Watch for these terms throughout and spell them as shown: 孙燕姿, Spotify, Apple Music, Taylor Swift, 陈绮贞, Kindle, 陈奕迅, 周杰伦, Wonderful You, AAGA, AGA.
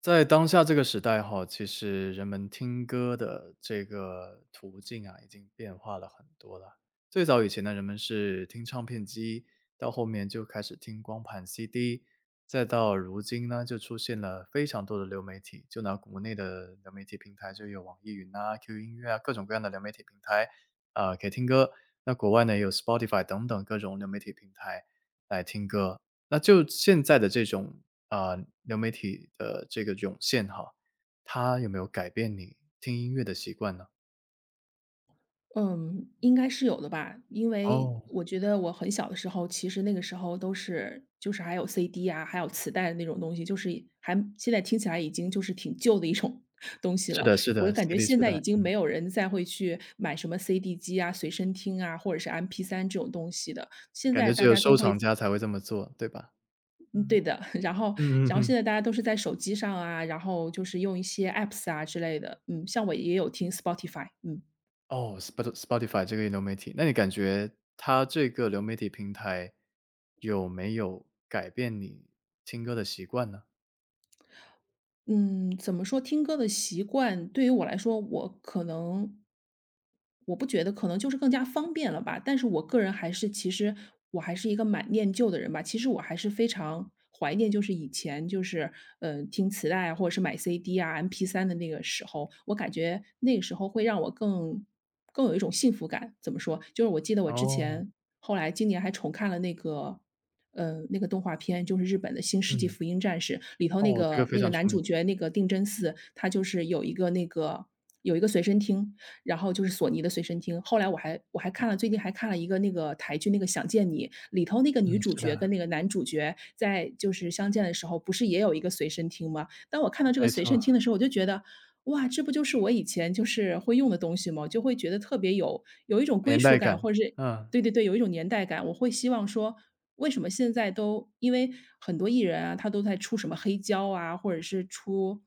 在当下这个时代哈，其实人们听歌的这个途径啊，已经变化了很多了。最早以前呢，人们是听唱片机，到后面就开始听光盘 CD，再到如今呢，就出现了非常多的流媒体。就拿国内的流媒体平台，就有网易云啊、QQ 音乐啊，各种各样的流媒体平台，啊、可以听歌。那国外呢，也有 Spotify 等等各种流媒体平台来听歌。那就现在的这种啊，流媒体的这个涌现哈，它有没有改变你听音乐的习惯呢？嗯，应该是有的吧，因为哦，我觉得我很小的时候，其实那个时候都是就是还有 CD 啊，还有磁带的那种东西，就是还现在听起来已经就是挺旧的一种 东西是了。的是我的就感觉，CD 时现在代，已经嗯，没有人再会去买什么 CD 机啊、随身听啊，或者是 m p 三这种东西的。现感觉在只大有家都收会，藏家才会这么做，对吧？嗯，嗯。对的。然后，嗯嗯然后嗯。现在大家都是在手机上啊，然后就是用一些 apps 啊之类的。嗯，像我也有听 Spotify,嗯。哦，Spotify 这个流媒体，那你感觉它这个流媒体平台有没有改变你听歌的习惯呢？嗯，怎么说，听歌的习惯对于我来说，我可能不觉得，可能就是更加方便了吧。但是我个人还是其实我还是一个蛮念旧的人吧，其实我还是非常怀念，就是以前就是，听磁带啊，或者是买 CD 啊、MP3的那个时候，我感觉那个时候会让我更有一种幸福感。怎么说，就是我记得我之哦，前后来今年还重看了那个那个动画片就是日本的《新世纪嗯，福音战士》，里头那哦，这个个非那常个男出名，主角那个定真寺，他就是有一个那个有一个随身听，然后就是索尼的随身听。后来我还看了，最近还看了一个那个台剧，那个《想见你》，里头那个女嗯，主是角的，跟那个男主角在就是相见的时候，不是也有一个随身听吗？当我看到这个没随错，身听的时候，我就觉得，哇，这不就是我以前就是会用的东西吗？就会觉得特别有一种归年属代感，感，或者是嗯。对对对，有一种年代感。我会希望说，为什么现在都因为很多艺人啊，他都在出什么黑胶啊，或者是出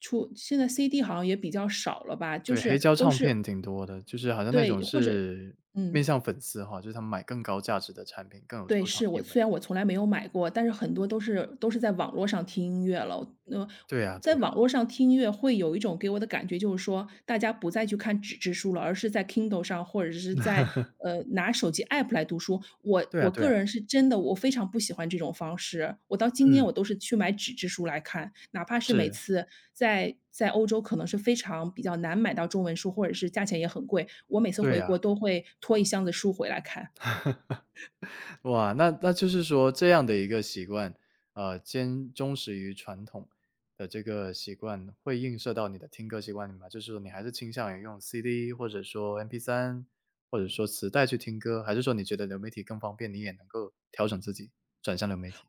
出现在 CD 好像也比较少了吧，就对，黑是胶都唱是片挺多的，就是好像那种对，或者是面嗯。向粉丝哈，就是他们买更高价值的产品，更有对，收藏是意我味。虽然我从来没有买过，但是很多都是在网络上听音乐了。呃，对啊对在啊，网络上听音乐会有一种给我的感觉，就是说大家不再去看纸质书了，而是在 Kindle 上或者是在呃拿手机 app 来读书。我对啊我对个啊，人是真的，我非常不喜欢这种方式。我到今天嗯，我都是去买纸质书来看，哪怕是每是，次在欧洲可能是非常比较难买到中文书，或者是价钱也很贵，我每次对回啊。国都会拖一箱子书回来看。哇，那就是说这样的一个习惯，呃，兼忠实于传统的这个习惯，会映射到你的听歌习惯里吗？就是说你还是倾向于用 CD 或者说 MP3或者说磁带去听歌，还是说你觉得流媒体更方便，你也能够调整自己，转向流媒体？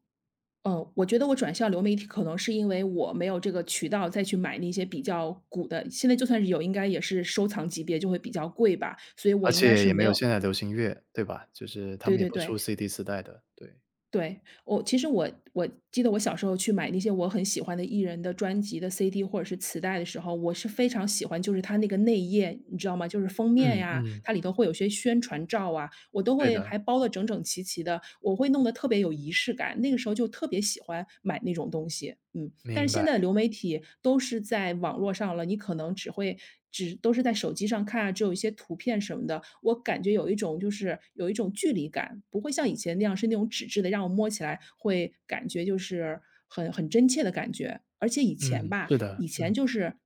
我觉得我转向流媒体可能是因为我没有这个渠道再去买那些比较古的，现在就算是有，应该也是收藏级别，就会比较贵吧，所以而我应该且是也没没有有现在流行乐，对吧？就是他对们也对不对，出 CD 磁代的，对。对，我其实我记得我小时候去买那些我很喜欢的艺人的专辑的 CD 或者是磁带的时候，我是非常喜欢，就是它那个内页，你知道吗？就是封面嗯呀，嗯，它里头会有些宣传照啊，我都对会的，还包的整整齐齐的，我会弄得特别有仪式感。那个时候就特别喜欢买那种东西，嗯。但明是现白。在的流媒体都是在网络上了，你可能只会只都是在手机上看啊，只有一些图片什么的，我感觉有一种就是有一种距离感，不会像以前那样是那种纸质的，让我摸起来会感觉就是很真切的感觉。而且以前嗯，吧，是的，以嗯，前就是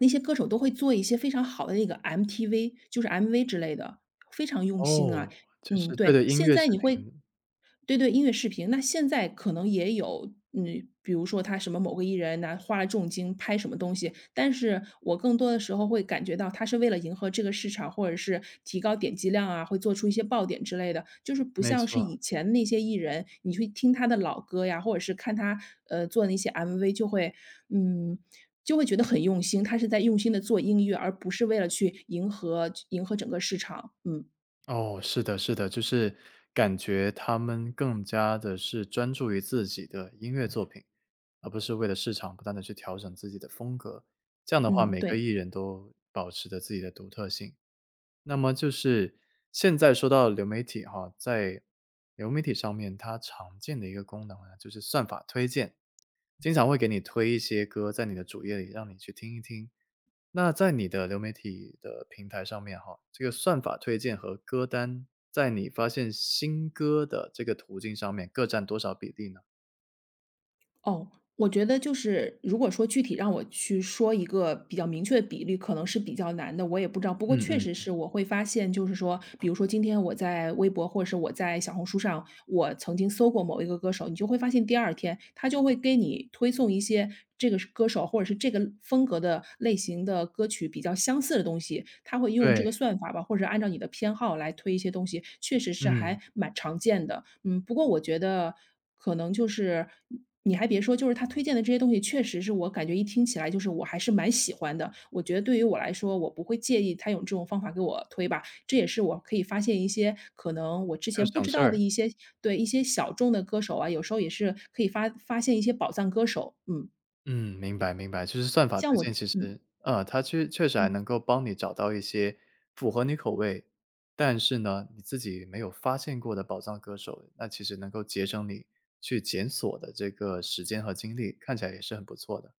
那些歌手都会做一些非常好的那个 MTV,就是 MV 之类的，非常用心啊。哦，就嗯，是对的，对，音现乐在视你会频，对对，音乐视频，那现在可能也有，嗯，比如说他什么某个艺人拿花了重金拍什么东西，但是我更多的时候会感觉到他是为了迎合这个市场，或者是提高点击量啊，会做出一些爆点之类的，就是不没像是错。以前那些艺人，你去听他的老歌呀，或者是看他呃做那些 MV,就会嗯，就会觉得很用心，他是在用心的做音乐，而不是为了去迎合整个市场。嗯哦，是的是的，就是感觉他们更加的是专注于自己的音乐作品，而不是为了市场不断的去调整自己的风格，这样的话嗯，每个对。艺人都保持着自己的独特性。那么就是现在说到流媒体哈，在流媒体上面，它常见的一个功能呢，就是算法推荐，经常会给你推一些歌在你的主页里，让你去听一听。那在你的流媒体的平台上面哈，这个算法推荐和歌单，在你发现新歌的这个途径上面，各占多少比例呢？哦，我觉得就是如果说具体让我去说一个比较明确的比例，可能是比较难的，我也不知道。不过确嗯实嗯，是我会发现，就是说，比如说今天我在微博或者是我在小红书上，我曾经搜过某一个歌手，你就会发现第二天他就会给你推送一些这个是歌手或者是这个风格的类型的歌曲比较相似的东西，他会用这个对，算法吧，或者按照你的偏好来推一些东西，确实是嗯，还蛮常见的。嗯，不过我觉得可能就是，你还别说，就是他推荐的这些东西，确实是我感觉一听起来就是我还是蛮喜欢的。我觉得对于我来说，我不会介意他用这种方法给我推吧，这也是我可以发现一些可能我之就是前不省知事道的儿。一些对，一些小众的歌手啊，有时候也是可以发现一些宝藏歌手，嗯，嗯，明白明白，就是算法像推我荐其嗯，实呃，它确实还嗯。能够帮你找到一些符合你口味，但是呢，你自己没有发现过的宝藏歌手，那其实能够节省你去检索的这个时间和精力，看起来也是很不错的。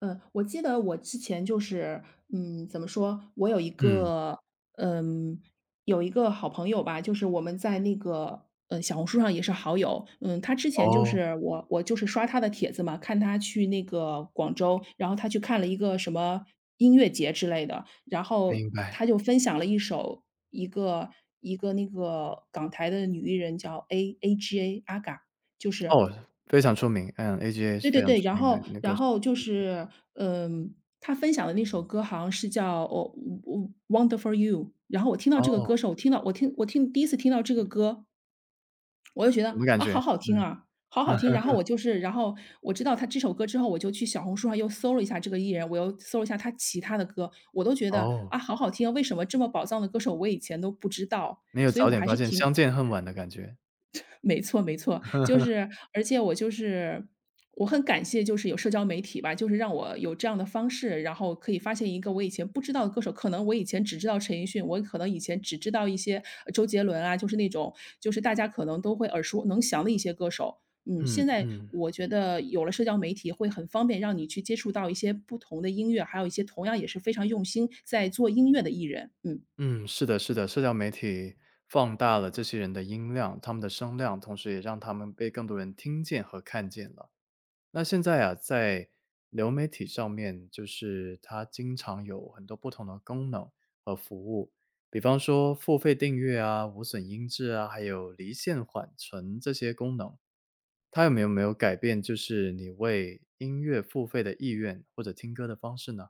嗯，我记得我之前就是，嗯，怎么说，我有一嗯，个，嗯，有一个好朋友吧，就是我们在那个，嗯，小红书上也是好友。嗯，他之前就哦，是我就是刷他的帖子嘛，看他去那个广州，然后他去看了一个什么音乐节之类的，然后明白。他就分享了一个一个那个港台的女艺人叫 AAGA 阿嘎，哦，非常出名，嗯，AGA 是对非对常对，出然名的后那歌然手。后就是，嗯，他分享的那首歌好像是叫哦哦，Wonderful You,然后我听到这个哦，歌手，我第一次听到这个歌我就觉得，什么感啊，觉？好好听嗯，啊，好好听。然后 我就是然后我知道他这首歌之后，我就去小红书上又搜了一下这个艺人，我又搜了一下他其他的歌，我都觉得，哦，啊，好好听啊，为什么这么宝藏的歌手我以前都不知道，没有所以早我点还发是现，挺相见恨晚的感觉。没错没错，就 是而且我就是我很感谢就是有社交媒体吧，就是让我有这样的方式，然后可以发现一个我以前不知道的歌手，可能我以前只知道陈奕迅，我可能以前只知道一些呃周杰伦啊，就是那种就是大家可能都会耳熟能详的一些歌手。嗯，嗯现在嗯。我觉得有了社交媒体，会很方便让你去接触到一些不同的音乐，还有一些同样也是非常用心在做音乐的艺人。嗯。嗯，是的，是的，社交媒体放大了这些人的音量，他们的声量，同时也让他们被更多人听见和看见了。那现在啊，在流媒体上面，就是它经常有很多不同的功能和服务，比方说付费订阅啊、无损音质啊，还有离线缓存这些功能，它有没有改变就是你为音乐付费的意愿或者听歌的方式呢？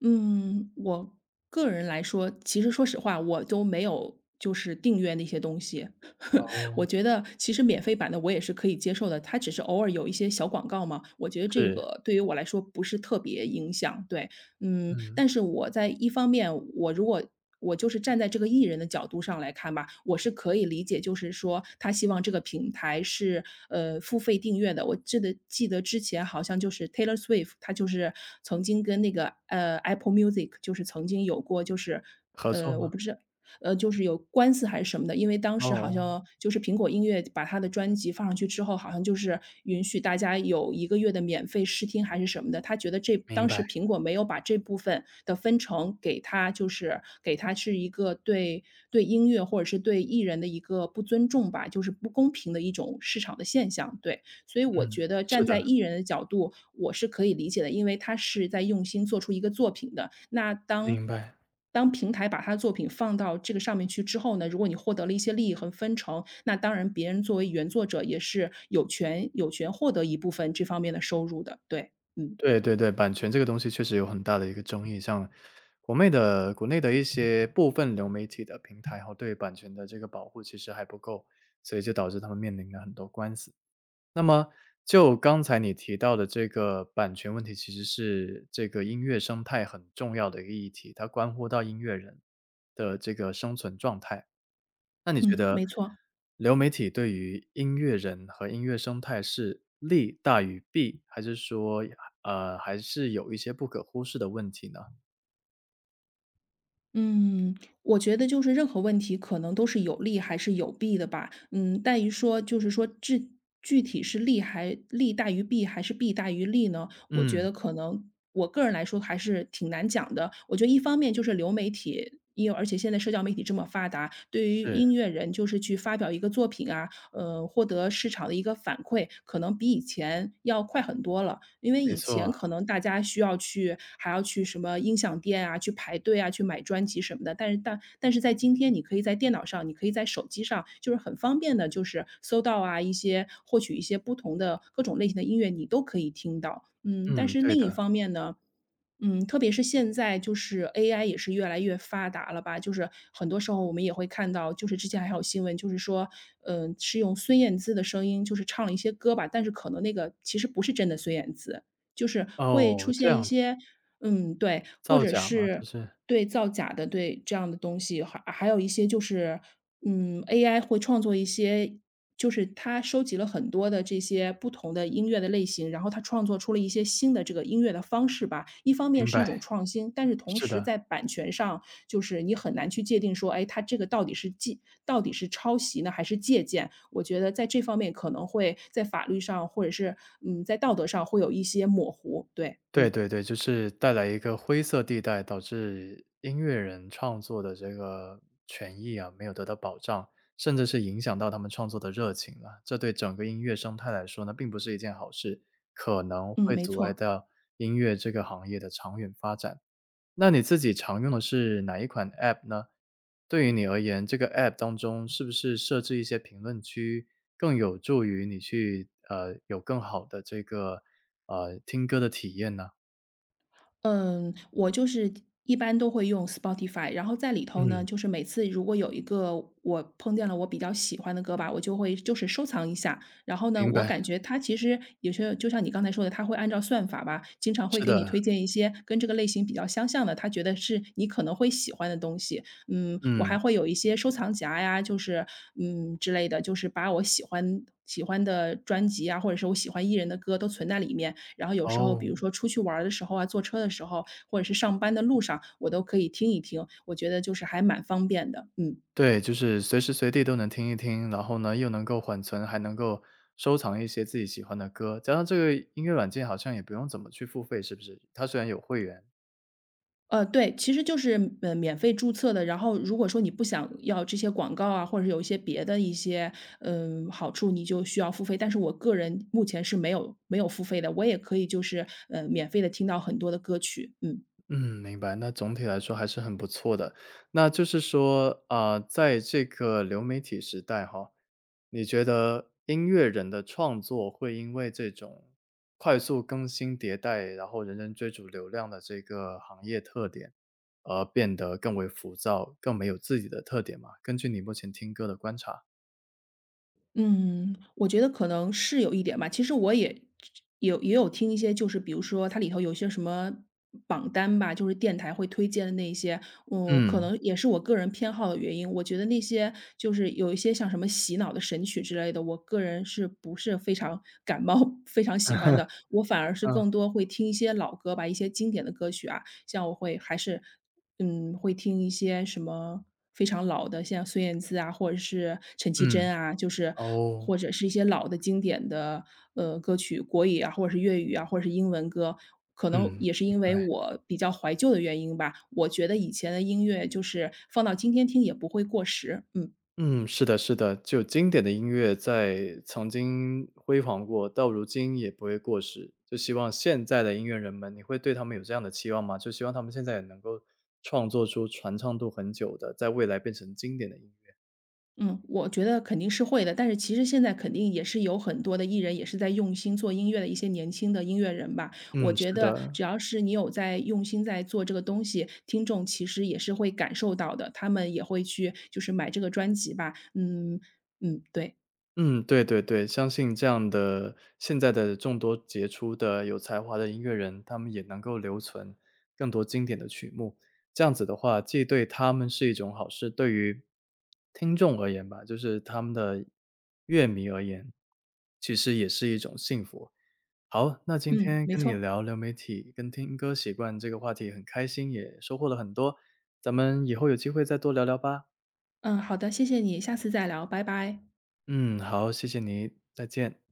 嗯，我个人来说，其实说实话，我都没有就是订阅那些东西。我哦，觉得其实免费版的我也是可以接受的，它只是偶尔有一些小广告嘛，我觉得这是，个对于我来说不是特别影响。对，嗯，嗯，但是我在一方面，我如果我就是站在这个艺人的角度上来看吧，我是可以理解，就是说他希望这个平台是呃付费订阅的。我记得之前好像就是 Taylor Swift，他就是曾经跟那个 Apple Music 就是曾经有过合作我吗？不知道，就是有官司还是什么的，因为当时好哦，像就是苹果音乐把他的专辑放上去之后，好像就是允许大家有一个月的免费试听还是什么的。他觉得这明当白。时苹果没有把这部分的分成给他就是给他是一个对音乐或者是对艺人的一个不尊重吧，就是不公平的一种市场的现象，对。所以我嗯，觉得是站的，在艺人的角度，我是可以理解的，因为他是在用心做出一个作品的。明白。当平台把他的作品放到这个上面去之后呢，如果你获得了一些利益和分成，那当然别人作为原作者也是有权获得一部分这方面的收入的。对，嗯，对对对，版权这个东西确实有很大的一个争议，像国内的一些部分流媒体的平台哈，对版权的这个保护其实还不够，所以就导致他们面临了很多官司。那么就刚才你提到的这个版权问题，其实是这个音乐生态很重要的一个议题，它关乎到音乐人的这个生存状态。那你觉嗯，得没错。流媒体对于音乐人和音乐生态是利大于弊，还是说，呃，还是有一些不可忽视的问题呢？嗯，我觉得就是任何问题可能都是有利还是有弊的吧。嗯，在于说就是说具体是利大于弊还是弊大于利呢？我觉嗯，得可能我个人来说还是挺难讲的。我觉得一方面就是流媒体，因为而且现在社交媒体这么发达，对于音是，乐人就是去发表一个作品啊，获得市场的一个反馈，可能比以前要快很多了。因为没以前错，可能大家需要还要去什么音响店啊，去排队啊，去买专辑什么的，但是但是在今天，你可以在电脑上，你可以在手机上，就是很方便的，就是搜到啊，获取一些不同的各种类型的音乐，你都可以听到。嗯，但嗯，是对另一的。方面呢嗯，特别是现在就是 AI 也是越来越发达了吧，就是很多时候我们也会看到，就是之前还有新闻，就是说，嗯、是用孙燕姿的声音，就是唱了一些歌吧，但是可能那个其实不是真的孙燕姿，就是会哦，出这现一样子，些，嗯，对，或造者假吗？就是是对造假的，对这样的东西，还有一些就是嗯，AI 会创作一些就是它收集了很多的这些不同的音乐的类型，然后它创作出了一些新的这个音乐的方式吧。一方面明是一白，种创新，但是同是时的。在版权上，就是你很难去界定说，哎，它这个，到底是抄袭呢，还是借鉴？我觉得在这方面可能会在法律上，或者是嗯，在道德上会有一些模糊。对，对嗯对对，就是带来一个灰色地带，导致音乐人创作的这个权益啊，没有得到保障，甚至是影响到他们创作的热情了。这对整个音乐生态来说呢，并不是一件好事，可能嗯，会没阻碍错。到音乐这个行业的长远发展。那你自己常用的是哪一款 App 呢？对于你而言，这个 App 当中是不是设置一些评论区，更有助于你去，呃，有更好的这个，呃，听歌的体验呢？嗯，我就是一般都会用 Spotify，然后在里头呢，嗯，就是每次如果有一个我碰见了我比较喜欢的歌吧，我就会就是收藏一下。然后呢，明我白，感觉它其实有些就像你刚才说的，它会按照算法吧，经常会是给你的，推荐一些跟这个类型比较相像的，它觉得是你可能会喜欢的东西。嗯，我嗯，还会有一些收藏夹呀，就是嗯之类的，就是把我喜欢的专辑啊，或者是我喜欢艺人的歌都存在里面。然后有时候，比哦，如说出去玩儿的时候啊，坐车的时候，或者是上班的路上，我都可以听一听。我觉得就是还蛮方便的，嗯。对，就是随时随地都能听一听，然后呢，又能够缓存，还能够收藏一些自己喜欢的歌，加上这个音乐软件好像也不用怎么去付费，是不是？它虽然有会员。对，其实就是，免费注册的，然后如果说你不想要这些广告啊，或者是有一些别的一些，嗯，好处，你就需要付费。但是我个人目前是没有付费的，我也可以就是，免费的听到很多的歌曲，嗯。嗯，明白。那总体来说还是很不错的。那就是说，啊、在这个流媒体时代哈，你觉得音乐人的创作会因为这种快速更新迭代，然后人人追逐流量的这个行业特点，而变得更为浮躁，更没有自己的特点吗？根据你目前听歌的观察，嗯，我觉得可能是有一点吧。其实我也也有听一些，就是比如说它里头有一些什么榜单吧，就是电台会推荐的那些，嗯，可嗯能也是我个人偏好的原因。我觉得那些就是有一些像什么洗脑的神曲之类的，我个人是不是非常 感冒、非常喜欢的。我反而是嗯更多会听一些老歌吧，一些经典的歌曲啊，像我会还是嗯，会听一些什么非常老的，像孙燕姿啊，或者是陈绮嗯，贞啊，就是哦，或者是一些老的经典的，歌曲，国语啊，或者是粤语啊，或者是英文歌。可能嗯，也是明因为白。我比较怀旧的原因吧，我觉得以前的音乐就是放到今天听也不会过时，嗯。嗯，是的，是的，就经典的音乐在曾经辉煌过，到如今也不会过时。就希望现在的音乐人们，你会对他们有这样的期望吗？就希望他们现在也能够创作出传唱度很久的，在未来变成经典的音乐。嗯，我觉得肯定是会的，但是其实现在肯定也是有很多的艺人也是在用心做音乐的一些年轻的音乐人吧。我嗯，是觉得的。只要是你有在用心在做这个东西，听众其实也是会感受到的，他们也会去就是买这个专辑吧。嗯嗯，对，嗯，对对对，相信这样的现在的众多杰出的有才华的音乐人，他们也能够留存更多经典的曲目。这样子的话，既对他们是一种好事，对于听众而言吧，就是他们的乐迷而言，其实也是一种幸福。好，那今嗯，天没跟你错，聊流媒体跟听歌习惯这个话题很开心，也收获了很多。咱们以后有机会再多聊聊吧。嗯，好的，谢谢你，下次再聊，拜拜。嗯，好，谢谢你，再见。